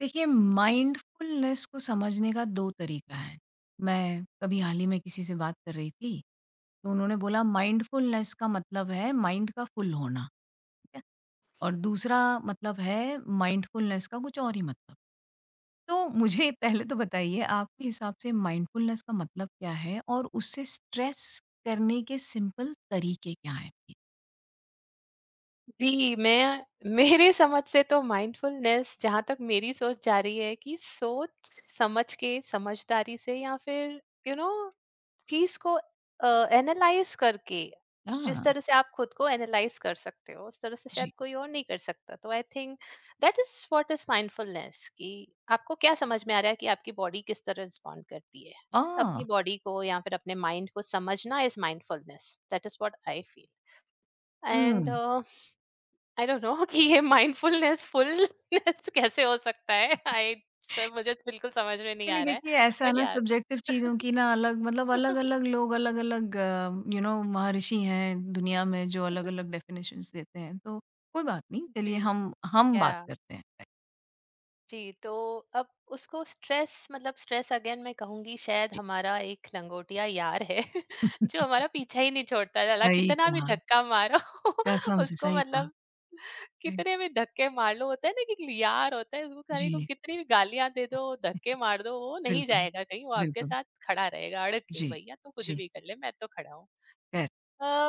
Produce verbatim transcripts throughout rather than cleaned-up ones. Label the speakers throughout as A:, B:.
A: देखिए माइंडफुलनेस को समझने का दो तरीका है। मैं कभी हाल ही में किसी से बात कर रही थी, तो उन्होंने बोला माइंडफुलनेस का मतलब है माइंड का फुल होना, ठीक है? और दूसरा मतलब है माइंडफुलनेस का कुछ और ही मतलब। तो मुझे पहले तो बताइए आपके हिसाब से माइंडफुलनेस का मतलब क्या है और उससे स्ट्रेस करने के सिंपल तरीके क्या हैं? प्लीज।
B: जी, मैं मेरे समझ से तो माइंडफुलनेस, जहाँ तक मेरी सोच जा रही है, कि सोच समझ के, समझदारी से, या फिर यू नो चीज को एनालाइज करके जिस
A: हाँ,
B: तरह से आप खुद को एनालाइज कर सकते हो उस तरह से शायद
A: जी।
B: कोई और नहीं कर सकता। तो I think that is what is mindfulness, कि आपको क्या समझ में आ रहा है, कि आपकी बॉडी किस तरह रिस्पॉन्ड करती है।
A: आह!
B: अपनी बॉडी को या फिर अपने माइंड को समझना is mindfulness, that is what I feel. And
A: hmm.
B: I don't know कि ये माइंडफुलनेस फुलनेस कैसे हो सकता है? आई सर, मुझे बिल्कुल समझ में नहीं
A: चलिए
B: आ रहा है।
A: देखिए ऐसा है
B: बट
A: ना
B: या
A: सब्जेक्टिव चीज़ों की ना अलग मतलब अलग-अलग लोग अलग-अलग यू नो महर्षि हैं दुनिया में जो अलग-अलग डेफिनेशंस देते हैं, तो कोई बात नहीं चलिए
B: जी,
A: हम हम बात
B: या।
A: करते हैं। राइट,
B: जी, तो अब उसको स्ट्रेस, मतलब स्ट्रेस अगेन, मैं कहूँगी शायद
A: जी।
B: हमारा एक लंगोटिया यार है जो हमारा पीछा ही नहीं छोड़ता है। भला
A: सही
B: कितना भी
A: कहा,
B: धक्का मारो
A: कसम से
B: उसको,
A: सही कहा।
B: मतलब
A: राइट,
B: कितने भी धक्के मार लो। होता है ना कि यार होता है, उसको खाली को
A: जी,
B: कितनी भी गालियां दे दो, धक्के मार दो, वो नहीं
A: बिल्कुल,
B: जाएगा कहीं। वो आपके
A: बिल्कुल।
B: साथ खड़ा रहेगा, अड़ के,
A: जी,
B: भैया तू कुछ
A: जी,
B: भी कर ले मैं तो खड़ा हूँ।
A: करेक्ट,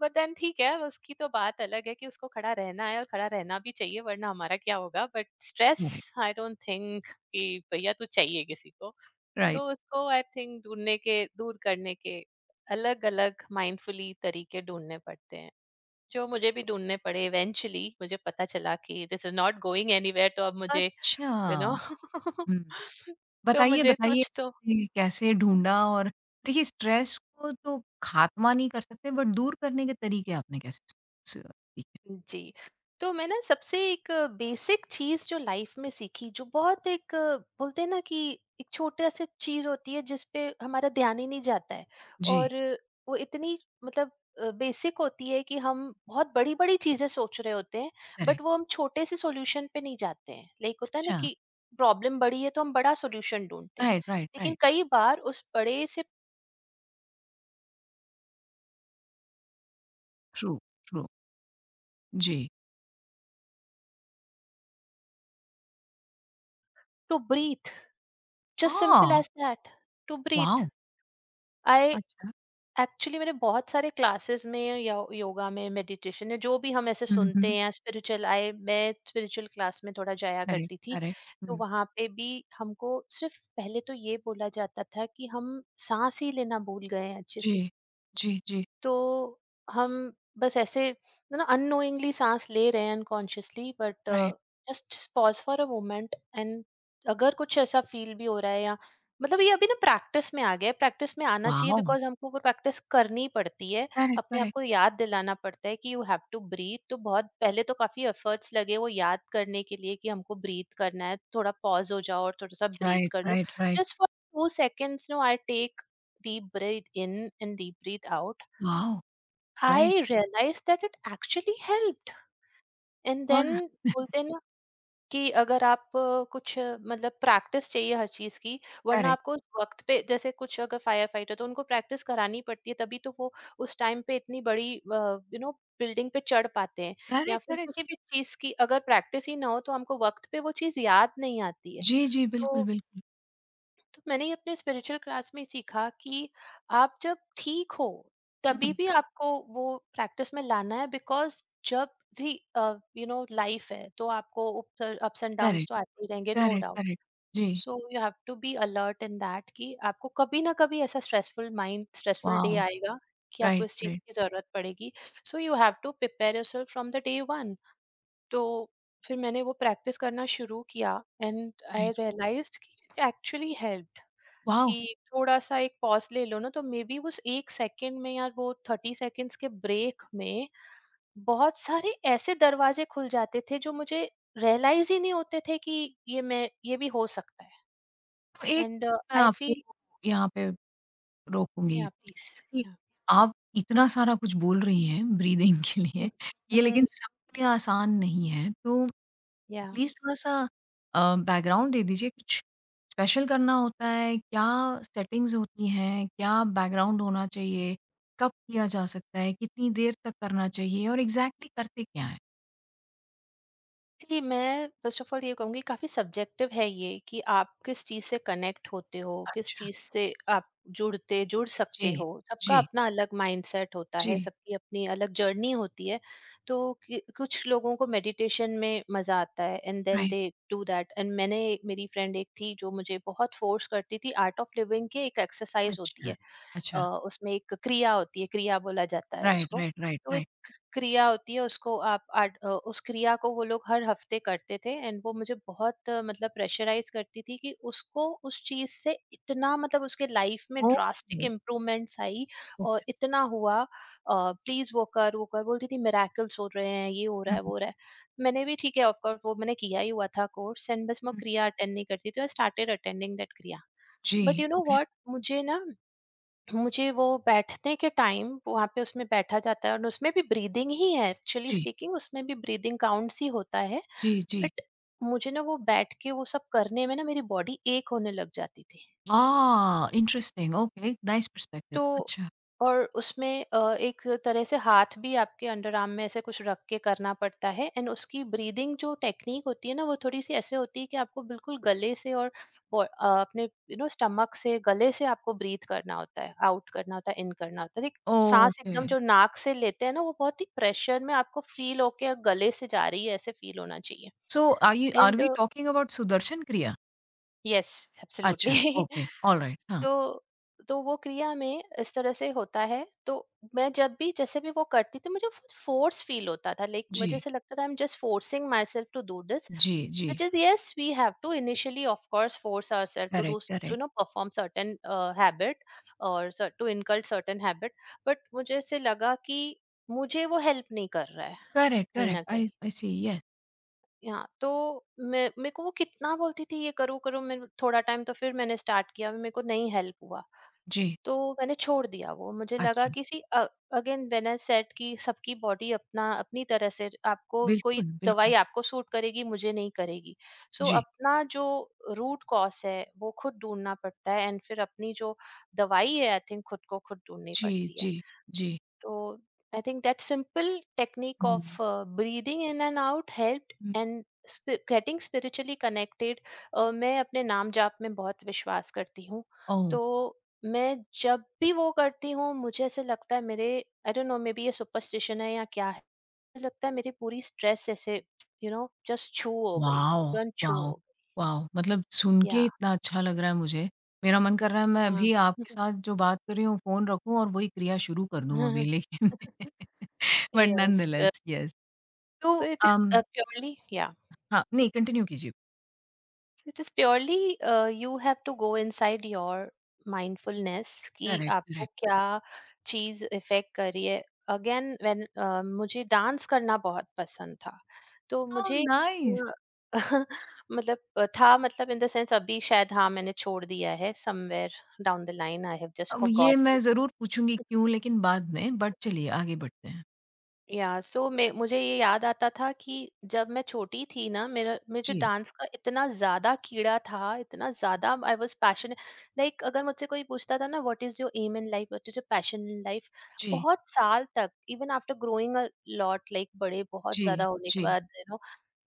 B: बट देन ठीक है, उसकी तो बात अलग है कि उसको खड़ा रहना है और खड़ा रहना भी चाहिए, वरना हमारा क्या होगा। But stress,
A: correct,
B: I don't think कि भैया तू चाहिए किसी को।
A: राइट।
B: तो उसको आई थिंक ढूंढने के, दूर करने के अलग अलग माइंडफुली तरीके ढूंढने पड़ते हैं, जो मुझे भी ढूंढने पड़े। इवेंचुअली मुझे पता चला कि this is not going anywhere, तो अब मुझे यू
A: अच्छा,
B: you नो know,
A: हुँ।
B: तो
A: बताइए,
B: मुझे
A: बताइए
B: कुछ तो।
A: कि कैसे ढूँढा और देखिए स्ट्रेस को तो ख़ात्मा नहीं कर सकते बट दूर करने के तरीके आपने कैसे स ठीक है।
B: जी। तो मैं ना, सबसे एक बेसिक चीज़ जो लाइफ में सीखी, जो बहुत, एक अ, बोलते हैं ना कि एक छोटा सा चीज़ होती है जिस पे हमारा ध्यान ही नहीं जाता है,
A: जी,
B: और वो इतनी, मतलब अ, बेसिक होती है कि हम बहुत बड़ी-बड़ी चीज़ें सोच रहे होते हैं, बट
A: करेक्ट
B: वो हम छोटे से सॉल्यूशन पे नहीं जाते हैं। लाइक होता है ना
A: अच्छा,
B: कि प्रॉब्लम बड़ी है तो हम बड़ा सॉल्यूशन ढूँढते हैं।
A: राइट, राइट,
B: लेकिन
A: राइट।
B: कई बार उस बड़े से,
A: ट्रू, ट्रू। जी।
B: टू ब्रीथ, जस्ट सिंपल
A: हाँ,
B: as that, to
A: wow!
B: Breathe. I
A: अच्छा।
B: एक्चुअली मैंने बहुत सारे क्लासेस में या योगा में, मेडिटेशन में जो भी हम ऐसे
A: हुँ,
B: सुनते
A: हुँ।
B: हैं स्पिरिचुअल, आए, मैं स्पिरिचुअल क्लास में थोड़ा जाया
A: करेक्ट,
B: करती थी।
A: करेक्ट।
B: तो
A: हुँ।
B: वहां पे भी हमको सिर्फ पहले तो ये बोला जाता था कि हम सांस ही लेना भूल गए हैं अच्छे से।
A: जी, जी, जी।
B: तो हम बस ऐसे ना अननोइंगली सांस ले रहे हैं, unconsciously. But
A: right.
B: Just pause for a moment and अगर कुछ ऐसा फील भी हो रहा है या, मतलब ये अभी ना प्रैक्टिस में आ गया है, प्रैक्टिस में आना चाहिए,
A: वॉव!
B: बिकॉज हमको वो प्रैक्टिस करनी पड़ती है।
A: करेक्ट,
B: अपने आप
A: करेक्ट।
B: को याद दिलाना पड़ता है कि यू हैव टू ब्रीथ। तो बहुत पहले तो काफी एफर्ट्स लगे वो याद करने के लिए कि हमको ब्रीथ करना है, थोड़ा पॉज हो जाओ और थोड़ा सा ब्रीथ
A: राइट,
B: कर लो,
A: right, right.
B: Just for two seconds, no, I take deep breathe in and deep breathe out।
A: Wow! Right
B: I realise that it actually helped. And
A: और
B: देन बोलते हैं ना कि अगर आप अ, कुछ अ, मतलब प्रैक्टिस चाहिए हर चीज की, वरना
A: करेक्ट,
B: आपको उस वक्त पे जैसे, कुछ, अगर फायर फाइटर, तो उनको प्रैक्टिस करानी पड़ती है तभी तो वो उस टाइम पे इतनी बड़ी यू नो बिल्डिंग पे चढ़ पाते हैं। या
A: करेक्ट,
B: फिर
A: करेक्ट।
B: किसी भी चीज की अगर प्रैक्टिस ही ना हो तो हमको वक्त पे वो चीज याद नहीं आती है।
A: जी, जी, बिल्कुल,
B: तो
A: बिल्कुल।
B: तो मैंने ये अपने स्पिरिचुअल क्लास में सीखा कि आप जब ठीक हो तभी
A: हुँ,
B: भी आपको वो प्रैक्टिस में लाना है, बिकॉज जब भी, यू नो, लाइफ है तो आपको अप्स एंड डाउन्स
A: करेक्ट,
B: तो आते ही रहेंगे, नो
A: करेक्ट,
B: डाउट।
A: करेक्ट। जी।
B: So you have to be alert in that, कि आपको कभी ना कभी ऐसा stressful mind, stressful day
A: wow!
B: आएगा कि आपको
A: राइट,
B: इस चीज
A: राइट,
B: की जरूरत पड़ेगी। So you have to prepare yourself from the day one. तो फिर मैंने वो प्रैक्टिस करना शुरू किया एंड आई
A: राइट।
B: रियलाइज्ड कि इट एक्चुअली हेल्प,
A: वाओ!
B: कि थोड़ा-सा एक पॉज़ ले लो ना, तो मेबी उस एक सेकंड में या वो तीस सेकंड्स के ब्रेक में बहुत सारे ऐसे दरवाज़े खुल जाते थे, जो मुझे रियलाइज़ ही नहीं होते थे कि ये, मैं ये भी हो सकता है।
A: तो एक
B: एंड
A: मिनट मैं
B: आई
A: आपको
B: फील
A: यहाँ पे रोकूँगी
B: या, पीस
A: प्लीज़ क्योंकि
B: या।
A: आप इतना सारा कुछ बोल रही हैं ब्रीदिंग के
B: हुँ,
A: लिए, ये
B: हुँ,
A: लेकिन
B: हुँ,
A: सबके लिए आसान नहीं है। तो
B: या।
A: प्लीज़ थोड़ा-सा अ, बैकग्राउंड दे दीजिए कुछ स्पेशल करना होता है, क्या सेटिंग्स होती हैं, क्या बैकग्राउंड होना चाहिए, कब किया जा सकता है, कितनी देर तक करना चाहिए और एग्ज़ैक्टली करते क्या हैं?
B: जी, मैं फ़र्स्ट ऑफ़ ऑल ये कहूँगी, काफ़ी सब्जेक्टिव है ये कि आप किस चीज़ से कनेक्ट होते हो, किस
A: अच्छा,
B: चीज़ से आप जुड़ते, जुड़
A: जी,
B: सकते हो। सबका
A: जी,
B: अपना अलग माइंडसेट होता है,
A: जी,
B: सबकी अपनी अलग जर्नी होती है। तो कि कुछ लोगों को मेडिटेशन में मज़ा आता है and then
A: right.
B: They do that. And मैंने, मेरी फ्रेंड एक थी जो मुझे बहुत फ़ोर्स करती थी, आर्ट ऑफ लिविंग की एक एक्सरसाइज़ होती
A: अच्छा,
B: है। अ,
A: अच्छा।
B: उसमें एक क्रिया होती है, क्रिया बोला जाता है
A: Right,
B: उसको।
A: right, right,
B: तो एक
A: right.
B: क्रिया होती है, उसको आप आट, अ, उस क्रिया को वो लोग हर हफ्ते करते थे, एंड वो मुझे बहुत अ, मतलब प्रेशराइज करती थी कि उसको, उस चीज से इतना मतलब, उसके लाइफ में
A: Oh,
B: ड्रास्टिक इम्प्रूवमेंट्स आई और
A: okay.
B: इतना हुआ। प्लीज वो कर वो कर बोलती थी, मेराकल्स हो रहे हैं, ये हो रहा
A: Hmm.
B: है, वो हो रहा है। मैंने भी, ठीक है, ऑफकोर्स वो मैंने किया ही हुआ था कोर्स, एंड बस मैं
A: Hmm.
B: क्रिया अटेंड नहीं करती थी। I started attending that kriya. But
A: G.
B: You know
A: Okay.
B: What, मुझे ना, मुझे वो बैठने के टाइम वहाँ पे, उसमें बैठा जाता है और उसमें भी ब्रीदिंग ही है, एक्चुअली
A: G.
B: स्पीकिंग उसमें भी ब्रीदिंग काउंट्स ही होता है।
A: G. G.
B: बट मुझे ना वो बैठ के वो सब करने में ना मेरी बॉडी एक होने लग जाती थी।
A: Ah, interesting. Okay. Nice perspective.
B: तो
A: अच्छा.
B: और उसमें अ, एक तरह से हाथ भी आपके अंडर आर्म में ऐसे कुछ रख के करना पड़ता है। एंड उसकी ब्रीदिंग जो टेक्निक होती है ना, वो थोड़ी सी ऐसे होती है कि आपको बिल्कुल गले से, और बो- अ, अपने, यू नो, स्टमक से, गले से आपको ब्रीथ करना होता है, आउट करना होता है, इन करना होता है। एक सांस एकदम
A: Okay.
B: जो नाक से लेते हैं ना, वो बहुत ही प्रेशर में आपको फील होके गले से जा रही है ऐसे फील होना चाहिए।
A: So, are you are
B: एंड
A: we talking about Sudarshan Kriya?
B: Yes, absolutely
A: अच्छा. Okay. All right. हाँ.
B: सो तो वो क्रिया में इस तरह से होता है। तो मैं जब भी, जैसे भी वो करती थी, मुझे फोर्स फील होता था। लाइक मुझे
A: जी.
B: ऐसा लगता था, I am just forcing myself to do this,
A: जी.
B: which
A: जी.
B: is, yes, we have to initially of course force ourselves to do
A: Correct.
B: s- you
A: Correct.
B: know perform certain uh, habit or cer- to incult certain habit, but मुझे ऐसे लगा कि मुझे वो help नहीं कर रहा है
A: Correct.
B: कहीं ना
A: Correct.
B: कहीं।
A: I. I see. Yes.
B: हाँ तो मैं, मेरे को वो कितना बोलती थी ये करो करो, मैं थोड़ा टाइम, तो फिर मैंने स्टार्ट किया, मेरे को नहीं हेल्प हुआ,
A: G.
B: तो मैंने छोड़ दिया वो। मुझे लगा
A: अच्छा.
B: कि see, again when I said कि सबकी बॉडी अपना, अपनी तरह से, आपको कोई
A: बिल्कुल.
B: दवाई
A: बिल्कुल.
B: आपको सूट करेगी, मुझे नहीं करेगी। सो so,
A: G.
B: अपना जो रूट कॉज है वो खुद ढूंढना पड़ता है, एंड फिर अपनी जो दवाई है, आई थिंक, खुद को खुद ढूंढनी
A: G.
B: पड़ती है।
A: G. G.
B: So I think that simple technique of
A: Hmm.
B: uh, breathing in and out helped and spi- getting spiritually connected। Uh, मैं अपने नाम जाप में बहुत विश्वास करती हूँ।
A: Oh.
B: तो मैं जब भी वो करती हूँ मुझे ऐसे लगता है मेरे, I don't know, maybe ये सुपरस्टिशन है या क्या है, मुझे लगता है मेरी पूरी स्ट्रेस ऐसे, यू नो, जस्ट छू हो गई,
A: वॉव!
B: तुरंत छू
A: वॉव!
B: हो गई।
A: वॉव! मतलब सुन के
B: या
A: इतना अच्छा लग रहा है मुझे, मेरा मन कर रहा है मैं अभी आपके साथ जो बात कर रही हूँ फ़ोन रखूँ और वही क्रिया शुरू कर दूँ अभी लेकिन बट
B: यस
A: नॉनदलेस यस तो
B: so it is
A: um,
B: purely या
A: हाँ, नहीं कंटिन्यू कीजिए।
B: It is purely, you have to go inside your mindfulness कि
A: करेक्ट,
B: आपको
A: करेक्ट।
B: क्या चीज इफेक्ट कर रही है। अगेन व्हेन, मुझे डांस करना बहुत पसंद था। तो
A: ओह
B: मुझे अ,
A: नाइस!
B: मतलब अ, था, मतलब इन द सेंस अभी शायद हाँ मैंने छोड़ दिया है, somewhere down the line I have just
A: अब ये मैं
B: फॉरगॉटन।
A: ज़रूर पूछूँगी क्यों लेकिन बाद में, बट चलिए आगे बढ़ते हैं।
B: या सो, मैं मुझे ये याद आता था कि जब मैं छोटी थी ना, मेरा मुझे
A: जी,
B: डांस का इतना ज्यादा कीड़ा था, इतना ज्यादा, आई वाज पैशनेट। लाइक अगर मुझसे कोई पूछता था ना what is your aim in life, what is your passion in life,
A: जी,
B: बहुत साल तक, even after growing a lot, like बड़े बहुत
A: जी,
B: ज्यादा होने के
A: जी।
B: बाद, यू नो,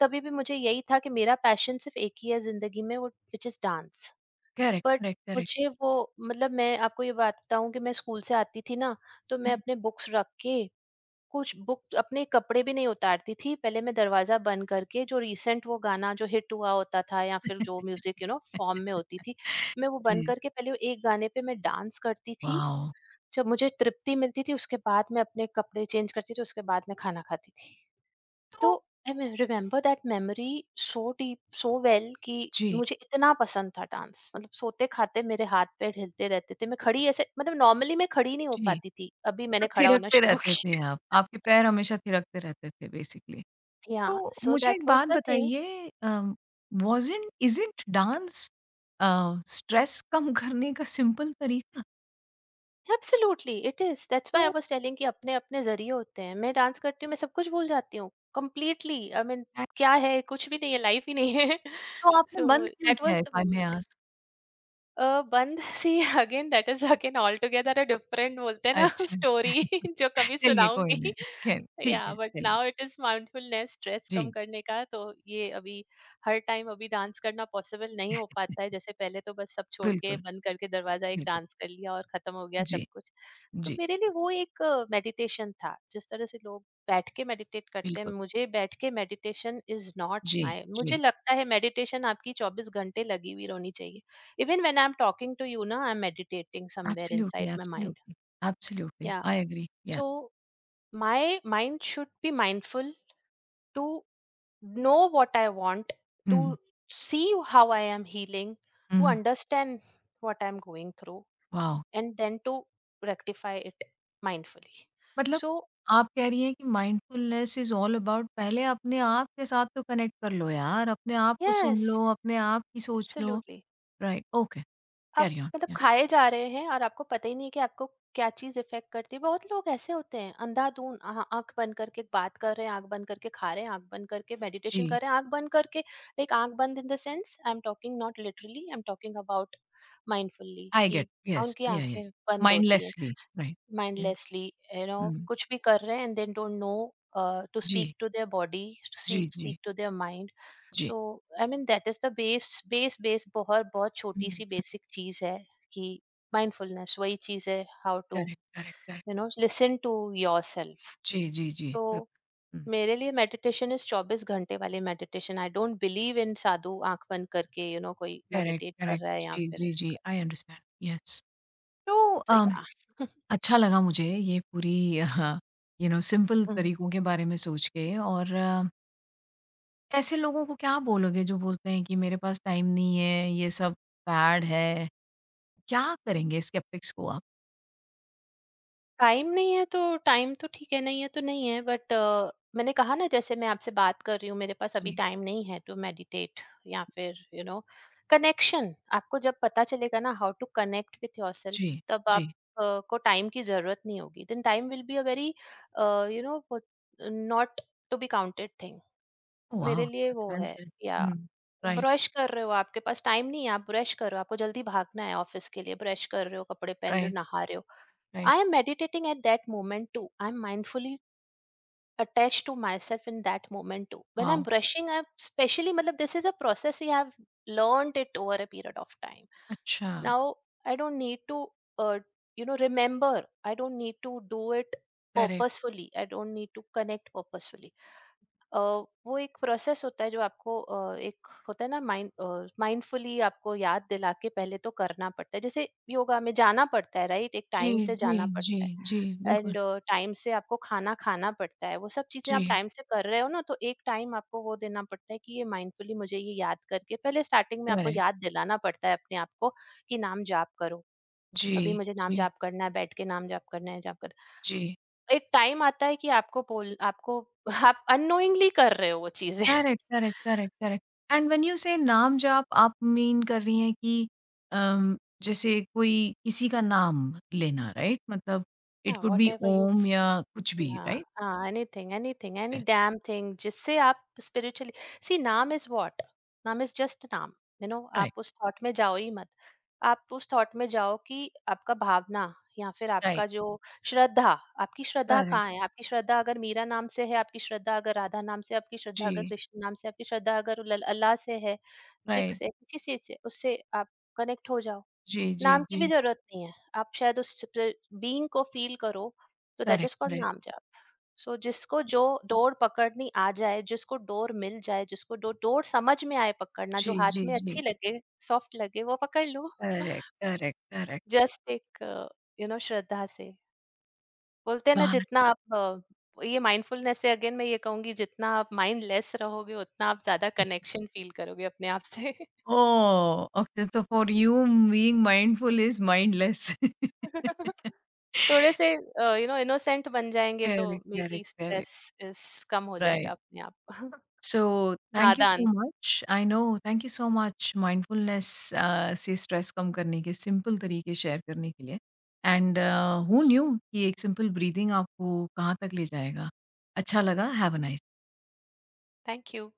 B: तभी भी मुझे यही था कि मेरा पैशन सिर्फ एक ही है जिंदगी में, वो which is dance.
A: Correct,
B: but
A: correct, correct.
B: मुझे वो, मतलब मैं आपको ये बात बताऊं कि मैं स्कूल से आती थी ना, तो मैं अपने बुक्स रख के, कुछ बुक अपने कपड़े भी नहीं उतारती थी। पहले मैं दरवाज़ा बंद करके जो रिसेंट वो गाना जो हिट हुआ होता था या फिर जो music
A: hmm.
B: You know form में होती थी, मैं वो बंद
A: जी,
B: करके पहले वो एक गाने पे मैं डांस करती थी।
A: वॉव!
B: जब मुझे तृप्ति मिलती थी उसके बाद मैं अपने कपड़े चेंज करती थी, उसके बाद मैं खाना खाती थी। तो
A: तो
B: I will remember that memory so deep, so well कि
A: जी,
B: मुझे इतना पसंद था डांस। मतलब सोते-खाते मेरे हाथ-पैर हिलते रहते थे। मैं खड़ी ऐसे मतलब नॉर्मली मैं खड़ी नहीं हो
A: जी।
B: पाती थी। अभी मैंने खड़ा होना
A: थिरकते
B: शुरू
A: रहते थे
B: किया।
A: आप, आपके पैर हमेशा थिरकते रहते थे बेसिकली।
B: Yeah,
A: तो
B: so
A: मुझे
B: that
A: एक
B: was
A: बात
B: the thing.
A: बताइए uh, wasn't isn't dance uh, stress कम करने का सिंपल तरीका?
B: Absolutely, it is. That's why I
A: तो
B: was telling कि अपने अपने जरिए होते हैं। मैं डांस करती हूँ, मैं सब कुछ भूल जाती हूँ completely. I mean
A: अ,
B: क्या है, कुछ भी नहीं है, लाइफ ही नहीं है।
A: तो आपने
B: So
A: बंद क्यों
B: that
A: किया
B: was
A: है if
B: the
A: I may
B: moment।
A: Ask?
B: Uh, बंद see again. That is again all together a different बोलते हैं ना
A: अच्छा।
B: स्टोरी जो कभी
A: चलिए कोई नहीं,
B: सुनाऊंगी।
A: ख़ैर
B: या
A: ठीक है,
B: बट
A: चलिए।
B: Now it is mindfulness stress कम
A: जी,
B: करने का। तो ये अभी हर टाइम अभी डांस करना पॉसिबल नहीं हो पाता है। जैसे पहले तो बस सब छोड़ के
A: बिल्कुल,
B: बंद करके दरवाज़ा, एक
A: बिल्कुल।
B: डांस कर लिया और खत्म हो गया सब
A: जी,
B: कुछ। तो
A: जी,
B: मेरे लिए वो एक मेडिटेशन था। जिस तरह से लोग बैठ के मेडिटेट करते हैं,
A: बिल्कुल।
B: मुझे बैठ के मेडिटेशन इज़ नॉट
A: जी,
B: माय, मुझे
A: जी।
B: लगता है मेडिटेशन आपकी चौबीस घंटे लगी हुई होनी चाहिए। Even when I'm talking to you, now I'm meditating somewhere
A: absolutely,
B: inside my mind.
A: Absolutely, absolutely.
B: Yeah.
A: I agree, yeah.
B: So my mind should be mindful to know what I want,
A: hmm,
B: to see how I am healing, to
A: hmm,
B: understand what I'm going through,
A: wow!
B: and then to rectify it mindfully.
A: मतलब
B: So,
A: आप कह रही हैं कि mindfulness is all about पहले अपने आप के साथ तो कनेक्ट कर लो यार, अपने आप को सुन लो,
B: yes,
A: अपने आप की सोच लो।
B: absolutely.
A: राइट, ओके,
B: आप
A: कैरी ऑन।
B: मतलब
A: या
B: खाए जा रहे हैं और आपको पता ही नहीं है कि आपको क्या चीज इफेक्ट करती है। बहुत लोग ऐसे होते हैं, अंधाधुन आह, आंख बंद करके बात कर रहे हैं, आंख बंद करके खा रहे हैं, आंख बंद करके मेडिटेशन
A: जी,
B: कर रहे हैं, आंख बंद करके, लाइक आंख बंद in the sense, I am talking not literally, I am talking about mindfully
A: I get
B: कि
A: यस,
B: उनकी
A: या, या
B: आंखें बंद होती हैं
A: माइंडलेसली राइट, या
B: mindlessly, you know,
A: हुँ,
B: कुछ भी कर रहे हैं and they don't know uh, to speak
A: ji,
B: to their body, to
A: ji,
B: speak speak
A: ji,
B: to their mind.
A: Ji.
B: So I mean that is the base base base, बहुत बहुत
A: हुँ,
B: छोटी
A: हुँ,
B: सी basic चीज है कि mindfulness वही चीज है, how to
A: correct, correct, correct.
B: you know listen to yourself।
A: जी, जी, जी,
B: So
A: बिल्कुल। हुँ,
B: मेरे लिए मेडिटेशन इज चौबीस घंटे वाली meditation. I don't believe in sadhu आंख बंद करके, यू you नो know, कोई
A: करेक्ट,
B: मेडिटेट कर रहा है
A: करेक्ट।
B: या
A: जी,
B: फिर
A: जी,
B: ऐसे
A: जी,
B: कर।
A: I understand, yes. तो
B: तो
A: अम
B: या।
A: अच्छा लगा मुझे ये पूरी यू नो सिंपल तरीकों के बारे में सोच के और अ, ऐसे लोगों को क्या बोलोगे जो बोलते हैं कि मेरे पास टाइम नहीं है, ये सब पैड है, क्या करेंगे स्केप्टिक्स को आप?
B: टाइम नहीं है तो टाइम तो ठीक है, नहीं है तो नहीं है। बट अ, मैंने कहा ना, जैसे मैं आपसे बात कर रही हूँ मेरे पास अभी
A: जी,
B: टाइम नहीं है टू मेडिटेट। या फिर यू नो कनेक्शन, आपको जब पता चलेगा ना हाउ टू कनेक्ट विथ
A: जी,
B: योरसेल्फ तब
A: जी।
B: आप अ, को टाइम की जरूरत नहीं होगी। Then time will be a very, you know, not to be counted thing.
A: Oh wow!
B: मेरे लिए
A: दैट्स
B: वो
A: वेल
B: है।
A: सेड।
B: या
A: हुँ, राइट,
B: ब्रश कर रहे हो आपके पास टाइम नहीं है, आप ब्रश कर रहे हो, आपको जल्दी भागना है ऑफिस के लिए, ब्रश कर रहे हो, कपड़े पहन रहे हो,
A: राइट,
B: नहा रहे हो।
A: Right.
B: I am meditating at that moment too. I'm mindfully attached to myself in that moment too. When I'm
A: wow!
B: brushing up, especially, matlab, this is a process we have learned it over a period of time.
A: अच्छा,
B: Now, I don't need to, uh, you know, remember. I don't need to do it
A: correct.
B: purposefully. I don't need to connect purposefully. अ, वो एक process होता है जो आपको अ, एक होता है ना माइंड माइंडफुली आपको याद दिला के पहले तो करना पड़ता है। जैसे योगा में जाना पड़ता है राइट, एक टाइम
A: जी,
B: से
A: जी,
B: जाना
A: जी,
B: पड़ता है,
A: जी, बिल्कुल।
B: एंड टाइम से आपको खाना खाना पड़ता है, वो सब चीजें आप
A: जी,
B: टाइम से कर रहे हो ना, तो एक टाइम आपको वो देना पड़ता है कि ये माइंडफुली मुझे ये याद करके, पहले स्टार्टिंग में आपको
A: करेक्ट।
B: याद दिलाना पड़ता है अपने आप को कि नाम जाप करो, अभी
A: जी,
B: मुझे नाम
A: जी,
B: जाप करना है, बैठ के नाम जाप करना है, जाप करना है।
A: जी।
B: एक टाइम आता है कि आपको बोल आपको आप अननोइंगली कर रहे हो वो चीज़ें।
A: Correct, correct, correct, correct and when you say नाम जाप आप मीन कर रही हैं कि अम, जैसे कोई किसी का नाम लेना राइट? मतलब इट
B: या
A: could be
B: whatever you.
A: Om या कुछ भी
B: Yeah,
A: right?
B: uh, anything, anything, any damn thing जिससे आप spiritually. See, naam is what, naam is just naam, you know, आप
A: राइट,
B: उस थॉट में जाओ ही मत। आप उस थॉट में जाओ कि आपका भावना या फिर
A: राइट,
B: आपका जो श्रद्धा, आपकी श्रद्धा
A: करेक्ट,
B: कहाँ है। आपकी श्रद्धा अगर मीरा नाम से है, आपकी श्रद्धा अगर राधा नाम से, आपकी श्रद्धा अगर
A: जी,
B: कृष्ण नाम से, आपकी श्रद्धा अगर उल- अल्लाह से है, सिख
A: राइट,
B: से, किसी चीज से, उससे आप कनेक्ट हो जाओ।
A: जी, जी,
B: नाम की
A: जी,
B: भी ज़रूरत नहीं है। आप शायद उस प्र बीइंग को फ़ील करो, तो that
A: correct,
B: is called
A: correct,
B: naam jap. सो जिसको जो डोर पकड़नी आ जाए, जिसको डोर मिल जाए, जिसको डो डोर समझ में आए पकड़ना,
A: जी,
B: जो हाथ
A: जी,
B: में
A: जी,
B: अच्छी लगे, सॉफ्ट लगे, वो पकड़ लो।
A: करेक्ट, करेक्ट, करेक्ट,
B: जस्ट एक यू नो श्रद्धा से। बोलते हैं ना
A: बात
B: जितना आप अ, ये माइंडफुलनेस से अगेन, मैं ये कहूँगी जितना आप माइंडलेस रहोगे, उतना आप ज़्यादा कनेक्शन फ़ील करोगे अपने आप से।
A: ओह! ओके तो for you being mindful is mindless
B: थोड़े से यू नो इनोसेंट बन जाएँगे तो
A: correct,
B: may be
A: correct, correct,
B: stress इस कम हो जाएगा
A: राइट।
B: अपने आप।
A: So, थैंक यू सो
B: नादान,
A: much. I know, thank you so much mindfulness uh, से स्ट्रेस कम करने के सिंपल तरीके शेयर करने के लिए। एंड हू न्यू कि एक सिंपल ब्रीथिंग आपको कहाँ तक ले जाएगा। अच्छा लगा। Have a nice
B: thank you.